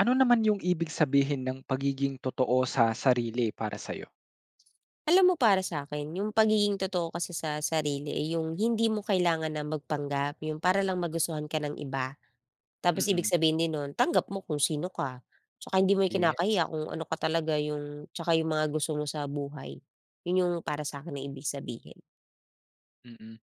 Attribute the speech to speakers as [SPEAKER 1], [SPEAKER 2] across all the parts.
[SPEAKER 1] Ano naman yung ibig sabihin ng pagiging totoo sa sarili para sa'yo?
[SPEAKER 2] Alam mo para sa akin yung pagiging totoo kasi sa sarili, yung hindi mo kailangan na magpanggap, yung para lang magustuhan ka ng iba. Tapos ibig
[SPEAKER 1] Mm,
[SPEAKER 2] sabihin din nun, tanggap mo kung sino ka. Tsaka hindi mo yung kinakahiya
[SPEAKER 1] yes,
[SPEAKER 2] kung ano ka talaga yung tsaka yung mga gusto mo sa buhay. Yun yung para sa'kin na ibig sabihin.
[SPEAKER 1] mm.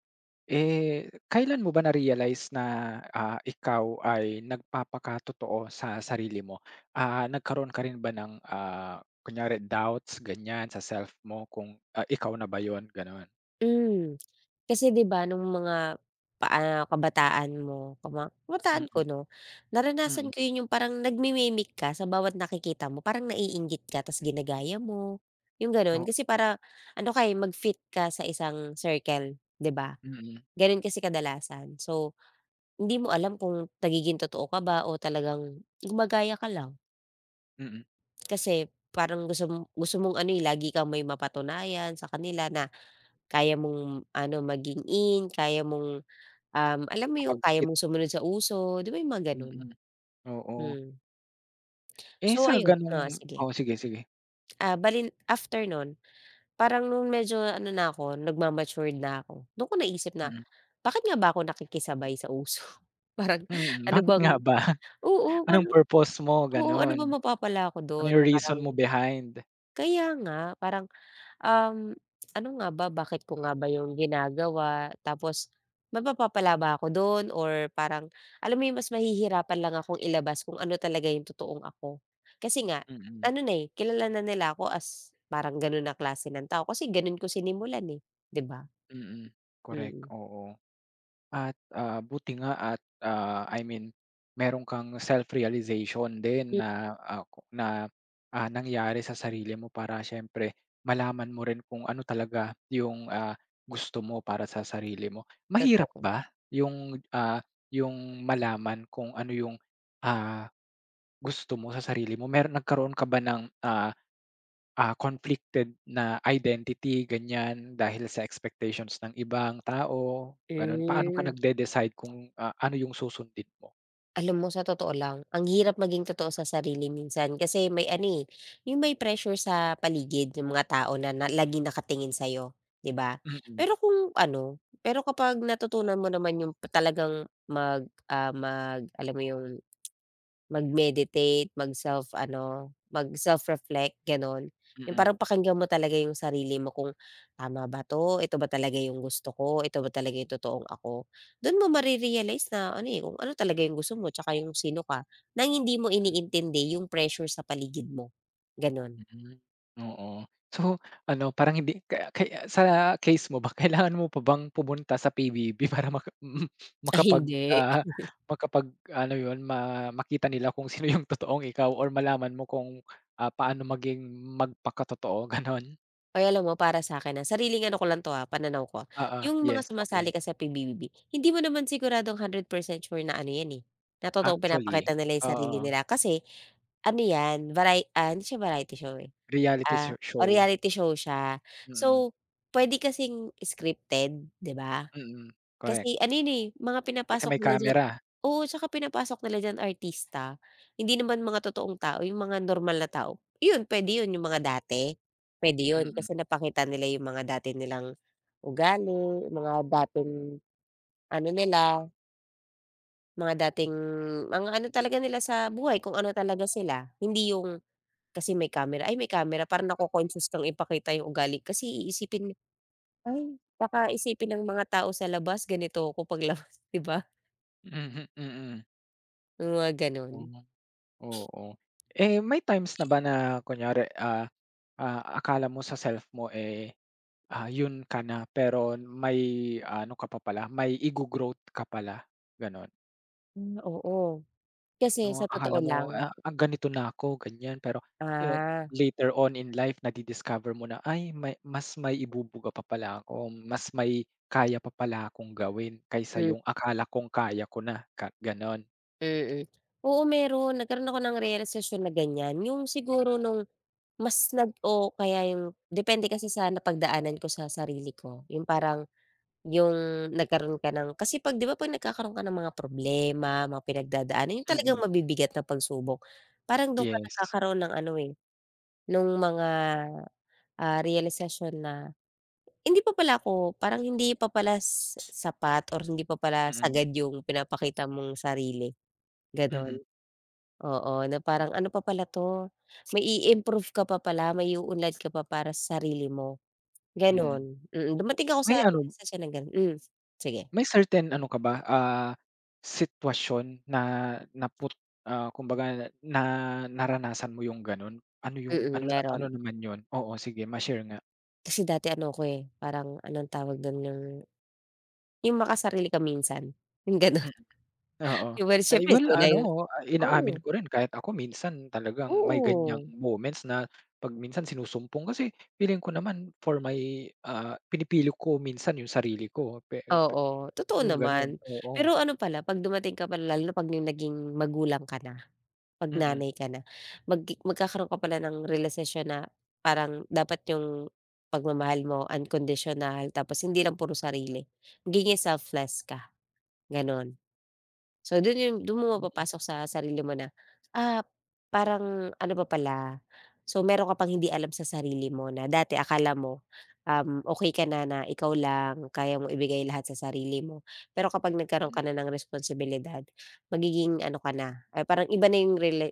[SPEAKER 1] Eh, kailan mo ba na-realize na, ikaw ay nagpapakatotoo sa sarili mo? Nagkaroon ka rin ba ng, kunyari doubts ganyan sa self mo kung, ikaw na ba yun, gano'n?
[SPEAKER 2] Hmm, kasi 'di ba nung mga kabataan mo kabataan
[SPEAKER 1] Mm,
[SPEAKER 2] ko 'no,
[SPEAKER 1] mm.
[SPEAKER 2] naranasan ko yun yung parang nagmi-mimic ka sa bawat nakikita mo parang naiinggit ka tas ginagaya mo, yung ganon.
[SPEAKER 1] Oo,
[SPEAKER 2] Kasi para ano ka, mag-fit ka sa isang circle, 'di ba?
[SPEAKER 1] mm,
[SPEAKER 2] Ganon kasi kadalasan. So hindi mo alam kung nagiging totoo ka ba o talagang gumagaya ka lang.
[SPEAKER 1] mm.
[SPEAKER 2] Kasi parang gusto mong ano, eh, lagi kang may mapatunayan sa kanila na kaya mong ano, maging in, kaya mong, alam mo
[SPEAKER 1] Kapag
[SPEAKER 2] yung kaya
[SPEAKER 1] fit,
[SPEAKER 2] mong sumunod sa uso, 'di ba yung mga gano'n?
[SPEAKER 1] mm, oo.
[SPEAKER 2] Hmm.
[SPEAKER 1] Eh,
[SPEAKER 2] So
[SPEAKER 1] sa
[SPEAKER 2] ayun,
[SPEAKER 1] gano'ng
[SPEAKER 2] oo, sige.
[SPEAKER 1] oo, sige, sige.
[SPEAKER 2] Ah, bale after no'n, parang nung medyo ano na ako, nagma-matured na ako, do'n ko naisip na,
[SPEAKER 1] Mm,
[SPEAKER 2] bakit nga ba ako nakikisabay sa uso? Parang
[SPEAKER 1] mm.
[SPEAKER 2] ano
[SPEAKER 1] Bakit
[SPEAKER 2] bang
[SPEAKER 1] nga ba?
[SPEAKER 2] oo,
[SPEAKER 1] Anong
[SPEAKER 2] parang
[SPEAKER 1] purpose mo
[SPEAKER 2] oo, ano
[SPEAKER 1] gano'n,
[SPEAKER 2] bang mapapala ko
[SPEAKER 1] ano
[SPEAKER 2] do'n?
[SPEAKER 1] yung reason mo
[SPEAKER 2] Parang
[SPEAKER 1] behind?
[SPEAKER 2] kaya nga, parang Um, ano nga ba, bakit ko nga ba 'yung ginagawa? Tapos mapapapala ba ako dun, or parang alam mo 'yung mas mahihirapan lang akong ilabas kung ano talaga 'yung totoong ako. Kasi nga
[SPEAKER 1] Mm,
[SPEAKER 2] ano na, eh, kilala na nila ako as parang ganun na klase ng tao kasi ganun ko sinimulan, eh, 'di ba?
[SPEAKER 1] mm, correct,
[SPEAKER 2] Mm.
[SPEAKER 1] oo. At, buti nga at, I mean meron kang self-realization din
[SPEAKER 2] Hmm,
[SPEAKER 1] na, nangyari sa sarili mo para siyempre malaman mo rin kung ano talaga yung, gusto mo para sa sarili mo. Mahirap
[SPEAKER 2] totoo.
[SPEAKER 1] ba yung malaman kung ano yung, ah, gusto mo sa sarili mo? Nagkaroon ka ba ng, conflicted na identity ganyan dahil sa expectations ng ibang tao, gano'n. Paano ka
[SPEAKER 2] Hmm.
[SPEAKER 1] nagde-decide kung, ano yung susundin mo?
[SPEAKER 2] Alam mo sa totoo lang, ang hirap maging totoo sa sarili minsan kasi may ano, eh, yung may pressure sa paligid, yung mga tao na na laging nakatingin sa'yo, 'di ba?
[SPEAKER 1] Mm,
[SPEAKER 2] Pero kung ano, pero kapag natutunan mo naman yung talagang mag, ah, mag, alam mo yung mag-meditate, mag self ano, mag self-reflect gano'n. Yung
[SPEAKER 1] mm,
[SPEAKER 2] parang pakinggan mo talaga yung sarili mo kung, "Tama ba 'to? Ito ba talaga yung gusto ko? Ito ba talaga yung totoong ako?" Dun mo mare na ano, eh, kung ano talaga yung gusto mo tsaka yung sino ka, nang hindi mo iniintindi yung pressure sa paligid mo, gano'n.
[SPEAKER 1] mm, mm, oo. So, ano parang hindi ka kaya sa case mo ba kailangan mo pa bang pumunta sa PBB para maka
[SPEAKER 2] Ay
[SPEAKER 1] makapag,
[SPEAKER 2] hindi.
[SPEAKER 1] ah, makapag ano yun makita nila kung sino yung totoong ikaw or malaman mo kung, paano maging magpakatotoo, gano'n?
[SPEAKER 2] Ay, alam mo para sa akin ah, sariling ano ko lang 'to, ah, pananaw ko. Yung mga
[SPEAKER 1] Yes, okay.
[SPEAKER 2] sumasali kasi sa PBBB, hindi mo naman siguradong 100% sure na ano 'yan, eh, na totoong
[SPEAKER 1] Actually,
[SPEAKER 2] pinapakita nila yung sarili
[SPEAKER 1] oo.
[SPEAKER 2] nila. Kasi ano 'yan, varie ah, hindi siya variety show, eh,
[SPEAKER 1] Reality
[SPEAKER 2] ah, o
[SPEAKER 1] show.
[SPEAKER 2] reality show siya.
[SPEAKER 1] Mm,
[SPEAKER 2] So puwede kasing scripted, 'di ba?
[SPEAKER 1] mm. Correct.
[SPEAKER 2] Kasi ano yun, eh, mga
[SPEAKER 1] Kasi may
[SPEAKER 2] pinapasok nila diyan,
[SPEAKER 1] camera.
[SPEAKER 2] oo, tsaka pinapasok nila diyan artista, hindi naman mga totoong tao, yung mga normal na tao. Yun, puwede yun, yung mga dati, puwede yun
[SPEAKER 1] Mm.
[SPEAKER 2] kasi napakita nila yung mga dati nilang ugali, mga dating ano nila, mga dating mga ano talaga nila sa buhay, kung ano talaga sila. Hindi yung kasi may camera, ay, may camera parang nako-conscious kang ipakita yung ugali kasi iisipin, ay, baka isipin ng mga tao sa labas ganito ako paglabas, 'di ba?
[SPEAKER 1] Mhm, mm.
[SPEAKER 2] Yung mga gano'n?
[SPEAKER 1] Hmm, oo. Eh, may times na ba na kunyari, akala mo sa self mo, eh, yun ka na pero may ano ka pa pala, may ego growth ka pala, gano'n?
[SPEAKER 2] Hmm, oo. Kasi
[SPEAKER 1] Oo,
[SPEAKER 2] sa
[SPEAKER 1] akala
[SPEAKER 2] totoo
[SPEAKER 1] mo,
[SPEAKER 2] lang
[SPEAKER 1] ganito na ako ganyan pero, ah,
[SPEAKER 2] ah,
[SPEAKER 1] later on in life mo na, "Ay may mas may ibubuga pa pala ako, mas may kaya pa pala akong gawin kaysa
[SPEAKER 2] hmm,
[SPEAKER 1] yung akala kong kaya ko na," ka gano'n.
[SPEAKER 2] mm. Oo, meron, nagkaroon ako ng realisasyon na ganyan, yung siguro nung mas nag o kaya yung depende kasi sa napagdaanan ko sa sarili ko, yung parang yung nagkaroon ka ng kasi 'pag 'di ba 'pag nagkakaroon ka ng mga problema, mga pinagdadaanan, yung
[SPEAKER 1] Mm,
[SPEAKER 2] talagang mabibigat na pagsubok, parang dun ka
[SPEAKER 1] yes.
[SPEAKER 2] nagkakaroon ng ano, eh, nung mga, ah, realisasyon na hindi pa pala ako parang hindi pa pala s sapat or hindi pa pala
[SPEAKER 1] Mm,
[SPEAKER 2] sagad yung pinapakita mong sarili, gano'n.
[SPEAKER 1] mm,
[SPEAKER 2] Oo, na parang ano pa pala 'to, may i-improve ka pa pala, may iuunlad ka pa para sa sarili mo,
[SPEAKER 1] mm.
[SPEAKER 2] gano'n. Mm, dumating ako
[SPEAKER 1] May
[SPEAKER 2] sa
[SPEAKER 1] ano,
[SPEAKER 2] realisasyon ng gano'n, hmm, sige,
[SPEAKER 1] may certain ano ka ba, sitwasyon na naput kumbaga na naranasan mo yung gano'n? Ano yung
[SPEAKER 2] mm,
[SPEAKER 1] ano at ano
[SPEAKER 2] meron.
[SPEAKER 1] naman yun? Oo, sige ma-share nga.
[SPEAKER 2] Kasi dati ano ako, eh, parang anong tawag do'n yung makasarili ka minsan, yung gano'n.
[SPEAKER 1] Oo.
[SPEAKER 2] Well,
[SPEAKER 1] Ay,
[SPEAKER 2] siyempre
[SPEAKER 1] well
[SPEAKER 2] tunay,
[SPEAKER 1] ano, inaamin
[SPEAKER 2] oo,
[SPEAKER 1] ko rin kahit ako minsan talagang may ganiyang
[SPEAKER 2] oo.
[SPEAKER 1] moments na 'pag minsan sinusumpong kasi feeling ko naman for my, pinipili ko minsan yung sarili ko pe pe
[SPEAKER 2] Oo, totoo
[SPEAKER 1] yung gano'n,
[SPEAKER 2] naman.
[SPEAKER 1] oo.
[SPEAKER 2] Pero ano pala 'pag dumating ka pala lalo na 'pag yung naging magulang ka na, 'pag
[SPEAKER 1] Mm,
[SPEAKER 2] nanay ka na, magki magkakaroon ka pala ng realisasyon na parang dapat yung pagmamahal mo unconditional tapos hindi lang puro sarili, magiging selfless ka, gano'n. So dun, yung dun mo
[SPEAKER 1] mm.
[SPEAKER 2] mapapasok sa sarili mo na, ah, parang ano pa pala, so meron ka pang hindi alam sa sarili mo na dati akala mo, okey ka na na ikaw lang, kaya mo ibigay lahat sa sarili mo. Pero kapag nagkaroon ka na ng responsibilidad, magiging ano ka na, ay parang iba na yung rela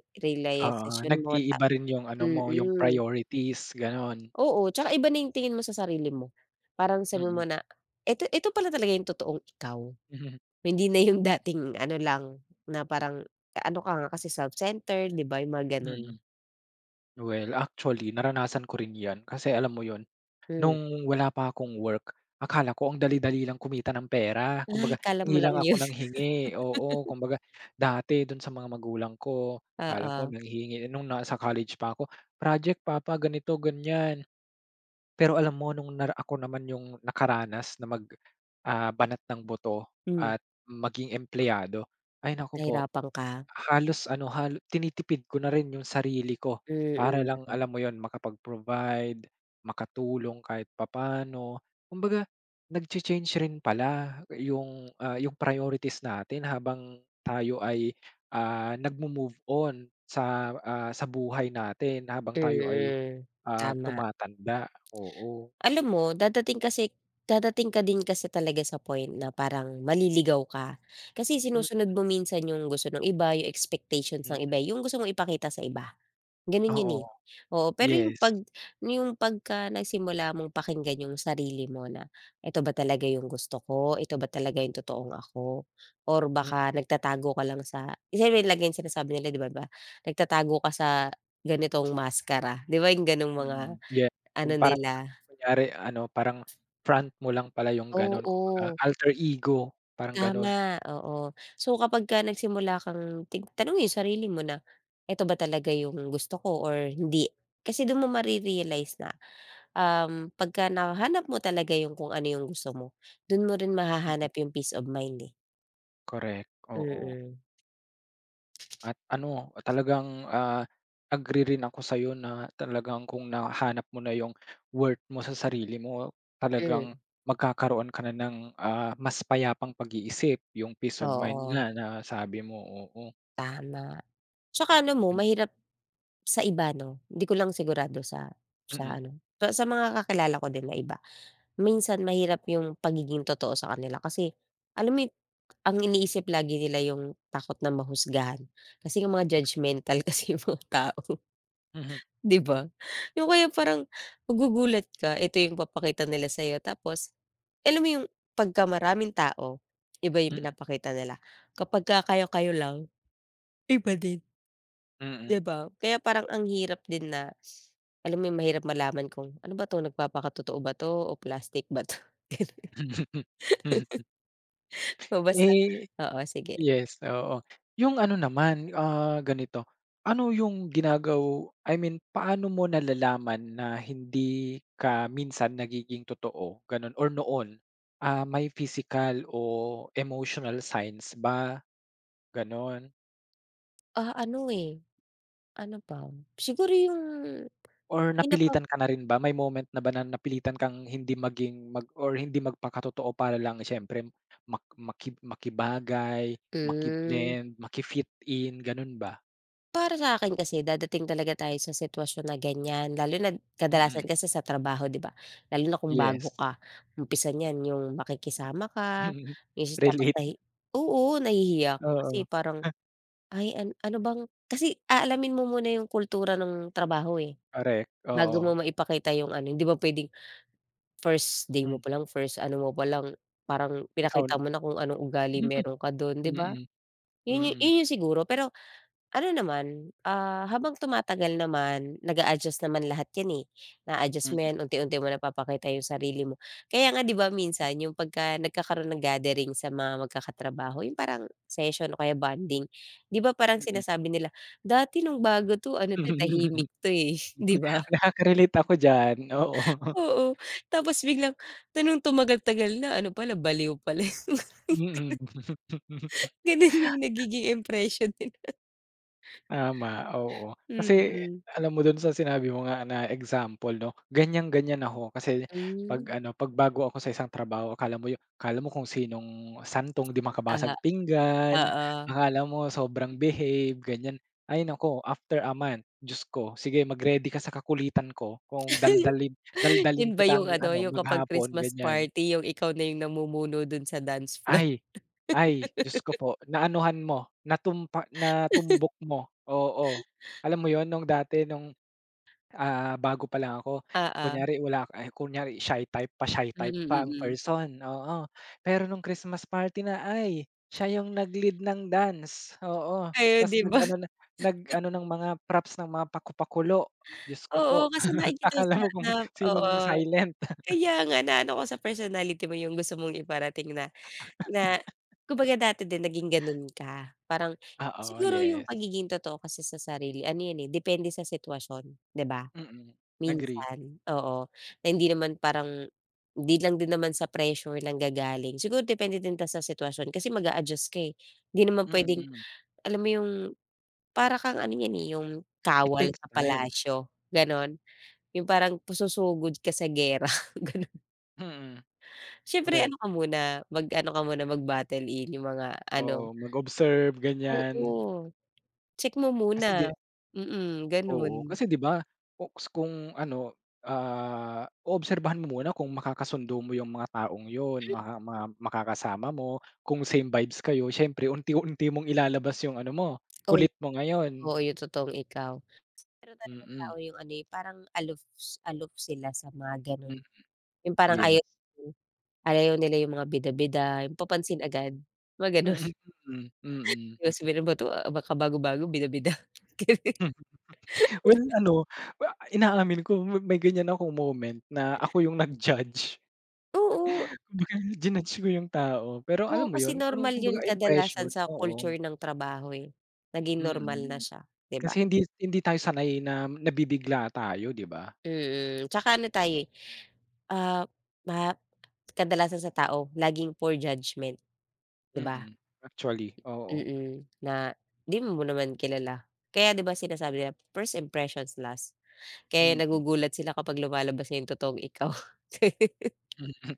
[SPEAKER 1] Oo,
[SPEAKER 2] realisasyon mo ta
[SPEAKER 1] nag-iiba rin yung ano mo, yung
[SPEAKER 2] mm.
[SPEAKER 1] priorities gano'n.
[SPEAKER 2] Oo, tsaka iba na yung tingin mo sa sarili mo. Parang sabi
[SPEAKER 1] Mm,
[SPEAKER 2] mo na, eto eto pala talaga yung totoong ikaw.
[SPEAKER 1] mhm,
[SPEAKER 2] Hindi na yung dating ano lang, na parang ano ka nga kasi self-centered, 'di ba, yung mga
[SPEAKER 1] mm.
[SPEAKER 2] gano'n.
[SPEAKER 1] Well, actually naranasan ko rin 'yan kasi alam mo 'yun.
[SPEAKER 2] Hmm.
[SPEAKER 1] Nung wala pa akong work, akala ko ang dali-dali lang kumita ng pera.
[SPEAKER 2] Ay,
[SPEAKER 1] Kumbaga
[SPEAKER 2] akala
[SPEAKER 1] hingi
[SPEAKER 2] mo
[SPEAKER 1] lang
[SPEAKER 2] lang
[SPEAKER 1] ako
[SPEAKER 2] yun,
[SPEAKER 1] ng hingi, oo. Kumbaga dati dun sa mga magulang ko, akala ko
[SPEAKER 2] oo.
[SPEAKER 1] nanghihingi eh, nung nasa college pa ako, "Project papa, ganito, ganiyan." Pero alam mo nung ako naman yung nakaranas na mag, banat ng buto
[SPEAKER 2] Hmm,
[SPEAKER 1] at maging empleyado, ay naku po.
[SPEAKER 2] nahirapan ka?
[SPEAKER 1] Halos ano, tinitipid ko na rin yung sarili ko para lang,
[SPEAKER 2] Mm,
[SPEAKER 1] alam mo yon, makapag-provide, makatulong kahit papaano. Kumbaga nagcha-change rin pala yung priorities natin habang tayo ay, nagmo-move on sa, sa buhay natin habang tayo ay,
[SPEAKER 2] mm. Tama.
[SPEAKER 1] tumatanda. Oo,
[SPEAKER 2] Alam mo dadating kasi dadating ka din kasi talaga sa point na parang maliligaw ka. Kasi
[SPEAKER 1] mm,
[SPEAKER 2] sinusunod mo minsan yung gusto ng iba, yung
[SPEAKER 1] mm.
[SPEAKER 2] expectations ng iba,
[SPEAKER 1] Mm.
[SPEAKER 2] eh, yung gusto mong ipakita sa iba. Gano'n 'yun,
[SPEAKER 1] Oo,
[SPEAKER 2] eh. Oo, pero yung
[SPEAKER 1] yes.
[SPEAKER 2] 'pag yung pagka nagsimula mong pakinggan yung sarili mo na, "Eto ba talaga yung gusto ko? Ito ba talaga yung totoong ako? Or baka nagtatago ka lang sa" siyempre lagi yung sinasabi nila, 'di ba ba, "Nagtatago ka sa ganitong maskara." 'Di ba yung gano'ng mga
[SPEAKER 1] Mm, yeah.
[SPEAKER 2] ano
[SPEAKER 1] Kung parang
[SPEAKER 2] nila?
[SPEAKER 1] kunyari ano, parang front mo lang pala yung gano'n, kumbaga
[SPEAKER 2] Oo,
[SPEAKER 1] alter ego, parang gano'n.
[SPEAKER 2] tama, oo. So kapagka nagsimula kang tig tanungin yung sarili mo na, "Eto ba talaga yung gusto ko or hindi?" Kasi do'n mo mare-realize na pagka nahanap mo talaga yung kung ano yung gusto mo, dun mo rin
[SPEAKER 1] Mm,
[SPEAKER 2] mahahanap yung peace of mind, eh.
[SPEAKER 1] correct, oo.
[SPEAKER 2] Mm.
[SPEAKER 1] At ano, talagang, agree rin ako sa'yo na talagang kung nahanap mo na yung worth mo sa sarili mo, talagang
[SPEAKER 2] Hmm,
[SPEAKER 1] magkakaroon ka na ng, mas payapang pag-iisip, yung peace of mind
[SPEAKER 2] oo,
[SPEAKER 1] nga na sabi mo, oo.
[SPEAKER 2] tama. Tsaka alam mo
[SPEAKER 1] Mm,
[SPEAKER 2] mahirap sa iba 'no, hindi ko lang sigurado sa
[SPEAKER 1] mhm,
[SPEAKER 2] sa mga kakilala ko din na iba. Minsan mahirap yung pagiging totoo sa kanila kasi alam mo yung ang iniisip lagi nila yung takot na mahusgahan kasi nga mga judgemental kasi yung mga tao.
[SPEAKER 1] mhm,
[SPEAKER 2] 'Di ba? Yung kaya parang magugulat ka, ito yung papakita nila sa'yo tapos alam mo yung pagka maraming tao, iba yung
[SPEAKER 1] mm,
[SPEAKER 2] pinapakita nila. Kapag ka kayo-kayo lang, iba din,
[SPEAKER 1] mm.
[SPEAKER 2] 'di ba? Kaya parang ang hirap din na alam mo yung mahirap malaman kung, "Ano ba 'to, nagpapakatotoo ba 'to o plastic ba 'to?" Ganun. O basta
[SPEAKER 1] Eh.
[SPEAKER 2] oo, sige.
[SPEAKER 1] Yes, oo. Yung ano naman, ganito, ano yung I mean, paano mo nalalaman na hindi ka minsan nagiging totoo, gano'n or noon? May physical o emotional signs ba, gano'n?
[SPEAKER 2] Ah, ano, eh, ano ba? Siguro
[SPEAKER 1] Or
[SPEAKER 2] yung napa
[SPEAKER 1] napilitan ka na rin ba? May moment na ba na napilitan kang hindi maging or hindi magpakatotoo para lang siyempre makibagay,
[SPEAKER 2] hmm.
[SPEAKER 1] maki-blend, maki-fit in, gano'n ba?
[SPEAKER 2] Para sa akin kasi dadating talaga tayo sa sitwasyon na ganyan lalo na kadalasan
[SPEAKER 1] Mm,
[SPEAKER 2] kasi sa trabaho, 'di ba? Lalo na kung bago
[SPEAKER 1] yes.
[SPEAKER 2] ka, umpisa niyan yung makikisama ka,
[SPEAKER 1] Mm.
[SPEAKER 2] is tapos
[SPEAKER 1] Relate,
[SPEAKER 2] nahi, oo, nahihiya ka
[SPEAKER 1] oo,
[SPEAKER 2] kasi parang, "Ay an ano bang" kasi aalamin mo muna yung kultura ng trabaho, eh,
[SPEAKER 1] correct,
[SPEAKER 2] bago
[SPEAKER 1] oo.
[SPEAKER 2] mo maipakita yung ano hindi ba puwedeng first day
[SPEAKER 1] Hmm,
[SPEAKER 2] mo palang, first ano mo palang, parang
[SPEAKER 1] ikaw
[SPEAKER 2] pinakita mo na kung anong ugali meron ka dun, 'di
[SPEAKER 1] n
[SPEAKER 2] ba?
[SPEAKER 1] mm, mm,
[SPEAKER 2] Yun yung siguro pero ano naman, ah, habang tumatagal naman nag adjust naman lahat 'yan, eh. Na-a-adjust
[SPEAKER 1] mm,
[SPEAKER 2] mo 'yan, unti-unti mo napapakita yung sarili mo. Kaya nga 'di ba minsan yung pagka nagkakaroon ng gathering sa mga magkakatrabaho, yung parang session o kaya bonding, 'di ba parang
[SPEAKER 1] mm.
[SPEAKER 2] sinasabi nila, "Dati nung bago 'to ano 'to, eh, tahimik 'to, eh." 'Di ba?
[SPEAKER 1] Nakaka-relate ako diyan, oo.
[SPEAKER 2] Oo, tapos biglang nung tumagal-tagal na ano pala, baliw pala.
[SPEAKER 1] Mm.
[SPEAKER 2] Gano'n yung nagiging impression nila.
[SPEAKER 1] Tama, oo. Kasi
[SPEAKER 2] Mm-mm.
[SPEAKER 1] alam mo dun sa sinabi mo nga na example 'no, ganyan-ganyan ako kasi 'pag
[SPEAKER 2] Mm.
[SPEAKER 1] ano, 'pag bago ako sa isang trabaho akala mo kung sinong santong di
[SPEAKER 2] Hmm, ah,
[SPEAKER 1] makabasag pinggan,
[SPEAKER 2] oo.
[SPEAKER 1] akala mo sobrang behave, ganyan. Ay nako after a month, Diyos ko, sige mag-ready ka sa kakulitan ko kung daldalin
[SPEAKER 2] Yun
[SPEAKER 1] daldalin
[SPEAKER 2] ba
[SPEAKER 1] kita
[SPEAKER 2] yung
[SPEAKER 1] hanggang
[SPEAKER 2] ano,
[SPEAKER 1] ano,
[SPEAKER 2] yung kapag
[SPEAKER 1] maghapon,
[SPEAKER 2] Christmas
[SPEAKER 1] ganyan.
[SPEAKER 2] party, yung ikaw na yung namumuno dun sa dance floor?
[SPEAKER 1] Ay, ay Diyos ko po, naanuhan mo, natumbok mo, oo. Alam mo yon nung dati nung bago pa lang ako.
[SPEAKER 2] Oo,
[SPEAKER 1] Kunyari wala ay kunyari shy type pa, shy type
[SPEAKER 2] mm,
[SPEAKER 1] pa ang
[SPEAKER 2] mm.
[SPEAKER 1] person, oo. Pero nung Christmas party na, ay siya yung nag-lead ng dance, oo.
[SPEAKER 2] Ayun,
[SPEAKER 1] Ta's
[SPEAKER 2] 'di ba?
[SPEAKER 1] nag-ano na nag-ano ng mga props ng mga paku-pakulo. Diyos ko po,
[SPEAKER 2] Oo, kasi nakikita ko sa
[SPEAKER 1] akala mo kung
[SPEAKER 2] na oo,
[SPEAKER 1] sinong silent.
[SPEAKER 2] kaya nga naano ko sa personality mo yung gusto mong iparating na na kumbaga dati din naging ganun ka. Parang
[SPEAKER 1] Oo,
[SPEAKER 2] siguro yung
[SPEAKER 1] yes.
[SPEAKER 2] pagiging totoo kasi sa sarili ano yan, eh, depende sa sitwasyon, 'di ba?
[SPEAKER 1] Mm, agree.
[SPEAKER 2] Minsan, oo. Na hindi naman parang hindi lang din naman sa pressure lang gagaling, siguro depende din tas sa sitwasyon kasi mag-a-adjust ka, eh. Hindi naman puwedeng
[SPEAKER 1] Mm.
[SPEAKER 2] alam mo yung para kang ano yan, eh, yung
[SPEAKER 1] It
[SPEAKER 2] kawal
[SPEAKER 1] takes
[SPEAKER 2] sa
[SPEAKER 1] time.
[SPEAKER 2] palasyo, gano'n. Yung parang susugod ka sa giyera, gano'n.
[SPEAKER 1] Mm,
[SPEAKER 2] Siyempre
[SPEAKER 1] correct.
[SPEAKER 2] ano ka muna, mag-ano ka muna, mag-battle-in yung mga
[SPEAKER 1] Oo,
[SPEAKER 2] ano,
[SPEAKER 1] mag-observe ganyan.
[SPEAKER 2] oo, check mo muna.
[SPEAKER 1] Kasi 'di
[SPEAKER 2] Mm, gano'n.
[SPEAKER 1] Oo, kasi 'di ba ku kung ano, oobserbahan mo muna kung makakasundo mo yung mga taong yun, makakasama mo, kung same vibes kayo siyempre unti-unti mong ilalabas yung ano mo,
[SPEAKER 2] Oo,
[SPEAKER 1] kulit mo ngayon.
[SPEAKER 2] oo, yung totoong ikaw. Pero talagang
[SPEAKER 1] Mm,
[SPEAKER 2] tao yung ano, eh, parang aloof aloof sila sa mga
[SPEAKER 1] hmm,
[SPEAKER 2] gano'n. Yung parang ayaw
[SPEAKER 1] yes.
[SPEAKER 2] ayaw nila yung mga bida-bida, yung papansin agad, mga gano'n.
[SPEAKER 1] Mm, mm, mm.
[SPEAKER 2] Yung sabihin, "Ano ba 'to, ah, baka bago-bago bida-bida." Ganun.
[SPEAKER 1] Well, ano, inaamin ko may ganyan akong moment na ako yung nag-judge.
[SPEAKER 2] Oo,
[SPEAKER 1] Kumbaga jinudge ko yung tao, pero
[SPEAKER 2] oo,
[SPEAKER 1] alam mo
[SPEAKER 2] kasi
[SPEAKER 1] yun kung
[SPEAKER 2] normal yun
[SPEAKER 1] kumbaga
[SPEAKER 2] kadalasan
[SPEAKER 1] impression,
[SPEAKER 2] sa
[SPEAKER 1] oo,
[SPEAKER 2] culture ng trabaho, eh. Naging normal na
[SPEAKER 1] mm.
[SPEAKER 2] siya, 'di ba?
[SPEAKER 1] Kasi hindi hindi tayo sanay na nabibigla tayo, 'di ba?
[SPEAKER 2] Mm, tsaka ano tayo, eh, ah, ma kadalasan sa tao laging poor judgment, 'di ba?
[SPEAKER 1] Mm, actually, oo.
[SPEAKER 2] Mm, na 'di mo naman kilala. Kaya 'di ba sinasabi nila, first impressions last. Kaya
[SPEAKER 1] Mm,
[SPEAKER 2] nagugulat sila kapag lumalabas na yung totoong ikaw.
[SPEAKER 1] mm.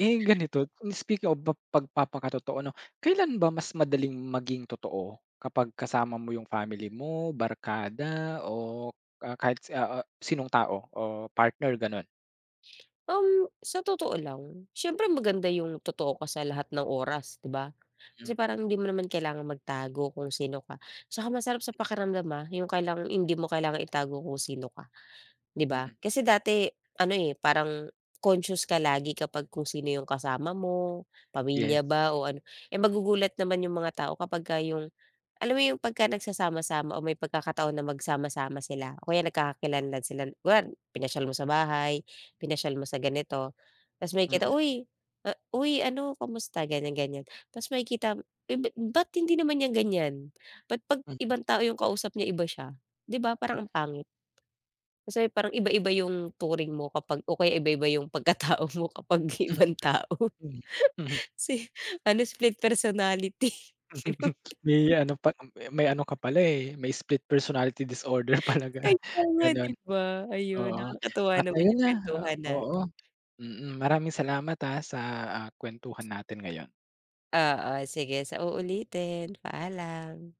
[SPEAKER 1] Eh, ganito, speak of pa pagpapakatotoo 'no, kailan ba mas madaling maging totoo? Kapag kasama mo yung family mo, barkada o, kahit sinong tao o partner, gano'n?
[SPEAKER 2] Sa totoo lang, siyempre maganda yung totoo ka sa lahat ng oras, 'di ba?
[SPEAKER 1] Hmm,
[SPEAKER 2] Kasi parang hindi mo naman kailangang magtago kung sino ka. Tsaka masarap sa pakiramdam, ah, yung kailangang hindi mo kailangang itago kung sino ka. 'Di ba?
[SPEAKER 1] mm.
[SPEAKER 2] Kasi dati ano, eh, parang conscious ka lagi kapag kung sino yung kasama mo, pamilya
[SPEAKER 1] Yes.
[SPEAKER 2] ba o ano. Eh, magugulat naman yung mga tao kapagka yung alam mo yung pagka nagsasama-sama o may pagkakataon na magsama-sama sila o kaya nagkakakilanlan sila. Kunwari pinasyal mo sa bahay, pinasyal mo sa ganito, ta's
[SPEAKER 1] Mm,
[SPEAKER 2] makikita, "Uy, ah, uy ano kamusta?" ganyan, ganyan. Ta's makikita, "Eh, ba't hindi naman niya ganyan? Ba't 'pag
[SPEAKER 1] mm,
[SPEAKER 2] ibang tao yung kausap niya iba siya?" 'Di ba parang ang pangit? Kasi parang iba-iba yung turing mo kapag o kaya iba-iba yung pagkatao mo kapag ibang tao.
[SPEAKER 1] mm, mhm, mhm.
[SPEAKER 2] Kasi ano, split personality. Ganun.
[SPEAKER 1] May ano pa may ano ka pala, eh, may split personality disorder pala
[SPEAKER 2] Kaya nga
[SPEAKER 1] gano'n.
[SPEAKER 2] 'di ba? Ayun,
[SPEAKER 1] Oo,
[SPEAKER 2] nakakatuwa
[SPEAKER 1] at
[SPEAKER 2] naman
[SPEAKER 1] ayun
[SPEAKER 2] yung
[SPEAKER 1] na,
[SPEAKER 2] kuwentuhan
[SPEAKER 1] oo,
[SPEAKER 2] natin.
[SPEAKER 1] mm, maraming salamat, sa, kuwentuhan natin ngayon.
[SPEAKER 2] Oo, sige sa uulitin. Paalam.